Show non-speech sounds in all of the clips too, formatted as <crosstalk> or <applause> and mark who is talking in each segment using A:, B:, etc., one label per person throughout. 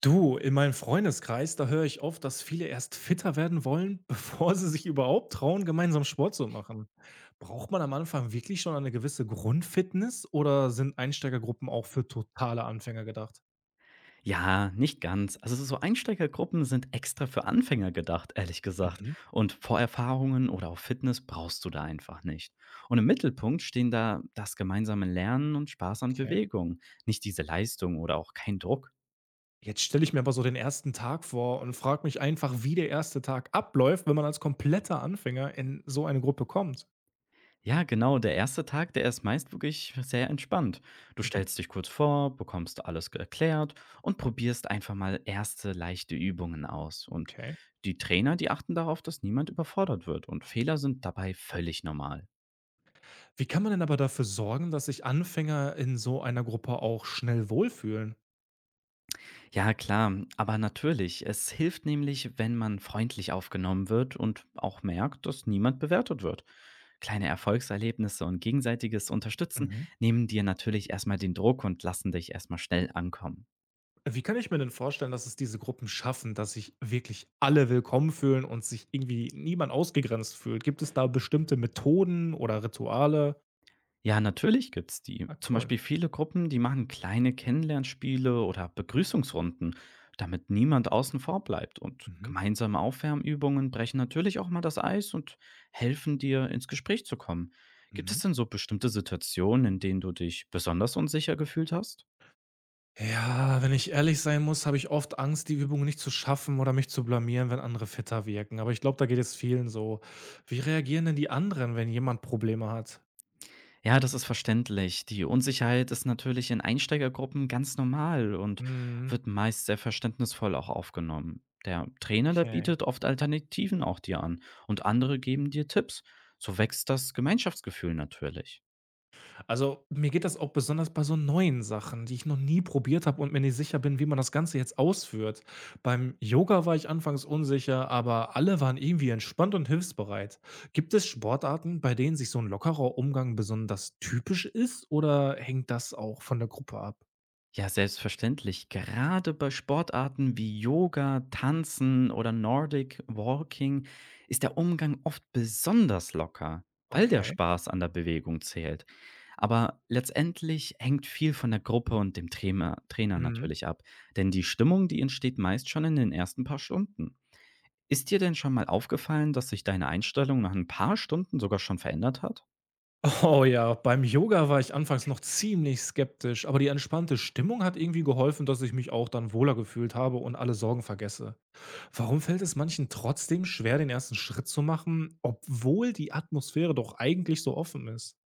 A: Du, in meinem Freundeskreis, da höre ich oft, dass viele erst fitter werden wollen, <laughs> bevor sie sich überhaupt trauen, gemeinsam Sport zu machen. Braucht man am Anfang wirklich schon eine gewisse Grundfitness oder sind Einsteigergruppen auch für totale Anfänger gedacht?
B: Ja, nicht ganz. Also so Einsteigergruppen sind extra für Anfänger gedacht, ehrlich gesagt.
A: Mhm,
B: Und Vorerfahrungen oder auch Fitness brauchst du da einfach nicht. Und im Mittelpunkt stehen da das gemeinsame Lernen und Spaß an
A: okay.
B: Bewegung, nicht diese Leistung oder auch kein Druck.
A: Jetzt stelle ich mir aber so den ersten Tag vor und frage mich einfach, wie der erste Tag abläuft, wenn man als kompletter Anfänger in so eine Gruppe kommt.
B: Ja, genau, der erste Tag, der ist meist wirklich sehr entspannt. Du
A: Mhm,
B: stellst dich kurz vor, bekommst alles erklärt und probierst einfach mal erste leichte Übungen aus. Und
A: okay.
B: die Trainer, die achten darauf, dass niemand überfordert wird und Fehler sind dabei völlig normal.
A: Wie kann man denn aber dafür sorgen, dass sich Anfänger in so einer Gruppe auch schnell wohlfühlen?
B: Ja, klar, aber natürlich. Es hilft nämlich, wenn man freundlich aufgenommen wird und auch merkt, dass niemand bewertet wird. Kleine Erfolgserlebnisse und gegenseitiges Unterstützen
A: Mhm.
B: nehmen dir natürlich erstmal den Druck und lassen dich erstmal schnell ankommen.
A: Wie kann ich mir denn vorstellen, dass es diese Gruppen schaffen, dass sich wirklich alle willkommen fühlen und sich irgendwie niemand ausgegrenzt fühlt? Gibt es da bestimmte Methoden oder Rituale?
B: Ja, natürlich gibt's die.
A: Ah,
B: Zum
A: cool.
B: Beispiel viele Gruppen, die machen kleine Kennenlernspiele oder Begrüßungsrunden, damit niemand außen vor bleibt. Und
A: Mhm.
B: gemeinsame Aufwärmübungen brechen natürlich auch mal das Eis und helfen dir, ins Gespräch zu kommen. Gibt es
A: Mhm.
B: denn so bestimmte Situationen, in denen du dich besonders unsicher gefühlt hast?
A: Ja, wenn ich ehrlich sein muss, habe ich oft Angst, die Übung nicht zu schaffen oder mich zu blamieren, wenn andere fitter wirken. Aber ich glaube, da geht es vielen so. Wie reagieren denn die anderen, wenn jemand Probleme hat?
B: Ja, das ist verständlich. Die Unsicherheit ist natürlich in Einsteigergruppen ganz normal und
A: Mhm.
B: wird meist sehr verständnisvoll auch aufgenommen. Der Trainer, der bietet oft Alternativen auch dir an und andere geben dir Tipps. So wächst das Gemeinschaftsgefühl natürlich.
A: Also, mir geht das auch besonders bei so neuen Sachen, die ich noch nie probiert habe und mir nicht sicher bin, wie man das Ganze jetzt ausführt. Beim Yoga war ich anfangs unsicher, aber alle waren irgendwie entspannt und hilfsbereit. Gibt es Sportarten, bei denen sich so ein lockerer Umgang besonders typisch ist oder hängt das auch von der Gruppe ab?
B: Ja, selbstverständlich. Gerade bei Sportarten wie Yoga, Tanzen oder Nordic Walking ist der Umgang oft besonders locker, weil der
A: Okay.
B: Spaß an der Bewegung zählt. Aber letztendlich hängt viel von der Gruppe und dem Trainer
A: Mhm.
B: natürlich ab, denn die Stimmung, die entsteht meist schon in den ersten paar Stunden. Ist dir denn schon mal aufgefallen, dass sich deine Einstellung nach ein paar Stunden sogar schon verändert hat?
A: Oh ja, beim Yoga war ich anfangs noch ziemlich skeptisch, aber die entspannte Stimmung hat irgendwie geholfen, dass ich mich auch dann wohler gefühlt habe und alle Sorgen vergesse. Warum fällt es manchen trotzdem schwer, den ersten Schritt zu machen, obwohl die Atmosphäre doch eigentlich so offen ist?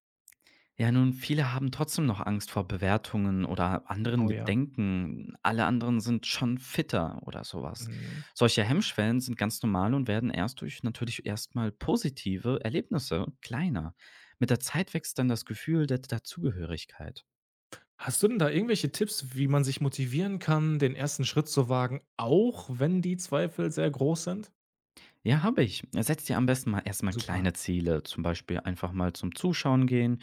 B: Ja, nun, viele haben trotzdem noch Angst vor Bewertungen oder anderen
A: Oh ja.
B: Gedenken. Alle anderen sind schon fitter oder sowas.
A: Mhm.
B: Solche Hemmschwellen sind ganz normal und werden erst durch natürlich erstmal positive Erlebnisse kleiner. Mit der Zeit wächst dann das Gefühl der Dazugehörigkeit.
A: Hast du denn da irgendwelche Tipps, wie man sich motivieren kann, den ersten Schritt zu wagen, auch wenn die Zweifel sehr groß sind?
B: Ja, habe ich. Setz dir am besten mal erstmal
A: Super.
B: kleine Ziele, zum Beispiel einfach mal zum Zuschauen gehen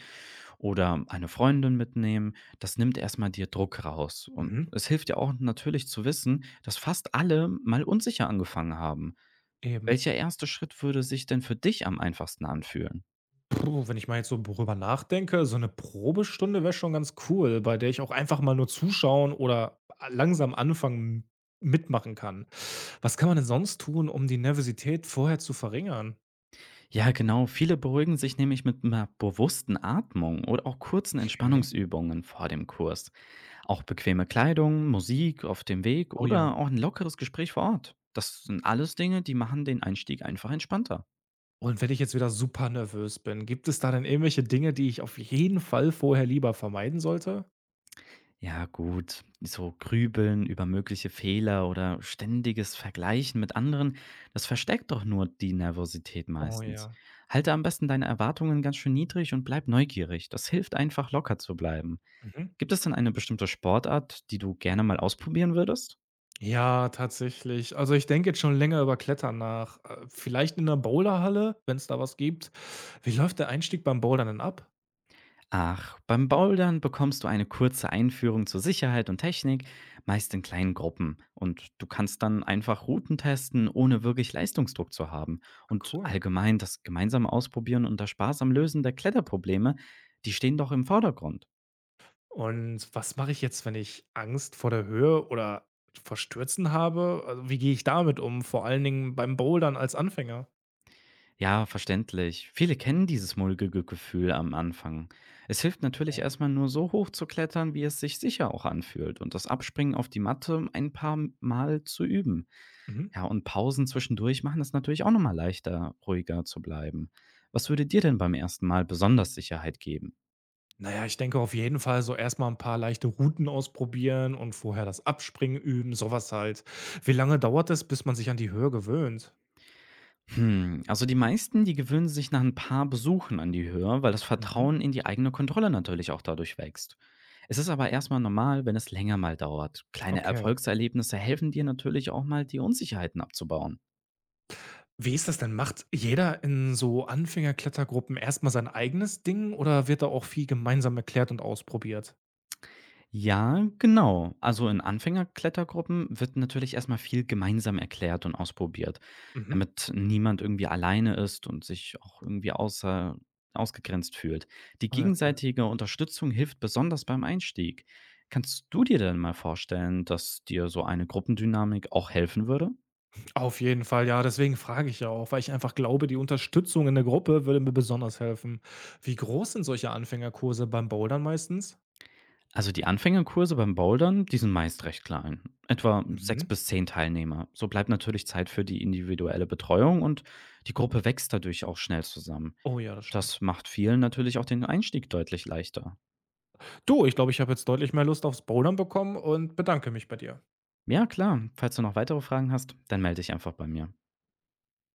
B: oder eine Freundin mitnehmen. Das nimmt erst mal dir Druck raus. Und
A: Mhm.
B: es hilft ja auch natürlich zu wissen, dass fast alle mal unsicher angefangen haben.
A: Eben.
B: Welcher erste Schritt würde sich denn für dich am einfachsten anfühlen?
A: Puh, wenn ich mal jetzt so drüber nachdenke, so eine Probestunde wäre schon ganz cool, bei der ich auch einfach mal nur zuschauen oder langsam anfangen mitmachen kann. Was kann man denn sonst tun, um die Nervosität vorher zu verringern?
B: Ja, genau. Viele beruhigen sich nämlich mit einer bewussten Atmung oder auch kurzen
A: Okay.
B: Entspannungsübungen vor dem Kurs. Auch bequeme Kleidung, Musik auf dem Weg
A: Oh ja.
B: oder auch ein lockeres Gespräch vor Ort. Das sind alles Dinge, die machen den Einstieg einfach entspannter.
A: Und wenn ich jetzt wieder super nervös bin, gibt es da dann irgendwelche Dinge, die ich auf jeden Fall vorher lieber vermeiden sollte?
B: Ja, gut. So Grübeln über mögliche Fehler oder ständiges Vergleichen mit anderen, das versteckt doch nur die Nervosität
A: Oh
B: meistens.
A: ja.
B: Halte am besten deine Erwartungen ganz schön niedrig und bleib neugierig. Das hilft einfach locker zu bleiben.
A: Mhm.
B: Gibt es denn eine bestimmte Sportart, die du gerne mal ausprobieren würdest?
A: Ja, tatsächlich. Also, ich denke jetzt schon länger über Klettern nach. Vielleicht in der Bowlerhalle, wenn es da was gibt. Wie läuft der Einstieg beim Bouldern denn ab?
B: Ach, beim Bouldern bekommst du eine kurze Einführung zur Sicherheit und Technik, meist in kleinen Gruppen. Und du kannst dann einfach Routen testen, ohne wirklich Leistungsdruck zu haben.
A: Ah,
B: Und
A: cool.
B: allgemein das gemeinsame Ausprobieren und das Spaß am Lösen der Kletterprobleme, die stehen doch im Vordergrund.
A: Und was mache ich jetzt, wenn ich Angst vor der Höhe oder vor Stürzen habe? Also, wie gehe ich damit um, vor allen Dingen beim Bouldern als Anfänger?
B: Ja, verständlich. Viele kennen dieses mulmige Gefühl am Anfang. Es hilft natürlich
A: Okay.
B: erstmal nur so hoch zu klettern, wie es sich sicher auch anfühlt und das Abspringen auf die Matte ein paar Mal zu üben.
A: Mhm.
B: Ja, und Pausen zwischendurch machen es natürlich auch nochmal leichter, ruhiger zu bleiben. Was würde dir denn beim ersten Mal besonders Sicherheit geben?
A: Na ja, ich denke auf jeden Fall so erst mal 'n paar leichte Routen ausprobieren und vorher das Abspringen üben, sowas halt. Wie lange dauert es, bis man sich an die Höhe gewöhnt?
B: Hm, also die meisten, die gewöhnen sich nach ein paar Besuchen an die Höhe, weil das
A: Mhm,
B: Vertrauen in die eigene Kontrolle natürlich auch dadurch wächst. Es ist aber erstmal normal, wenn es länger mal dauert. Kleine
A: okay.
B: Erfolgserlebnisse helfen dir natürlich auch mal, die Unsicherheiten abzubauen.
A: Wie ist das denn? Macht jeder in so Anfängerklettergruppen erst mal sein eigenes Ding oder wird da auch viel gemeinsam erklärt und ausprobiert?
B: Ja, genau. Also in Anfängerklettergruppen wird natürlich erst mal viel gemeinsam erklärt und ausprobiert,
A: Mhm.
B: damit niemand irgendwie alleine ist und sich auch irgendwie außer ausgegrenzt fühlt. Die
A: Sehr cool.
B: gegenseitige Unterstützung hilft besonders beim Einstieg. Kannst du dir denn mal vorstellen, dass dir so eine Gruppendynamik auch helfen würde?
A: Auf jeden Fall, ja, deswegen frage ich ja auch, weil ich einfach glaube, die Unterstützung in der Gruppe würde mir besonders helfen. Wie groß sind solche Anfängerkurse beim Bouldern meistens?
B: Also die Anfängerkurse beim Bouldern, die sind meist recht klein, etwa 6
A: Mhm.
B: bis 10 Teilnehmer. So bleibt natürlich Zeit für die individuelle Betreuung und die Gruppe wächst dadurch auch schnell zusammen.
A: Oh ja, das stimmt.
B: Das macht vielen natürlich auch den Einstieg deutlich leichter.
A: Du, ich glaube, ich habe jetzt deutlich mehr Lust aufs Bouldern bekommen und bedanke mich bei dir.
B: Ja, klar, falls du noch weitere Fragen hast, dann melde dich einfach bei mir.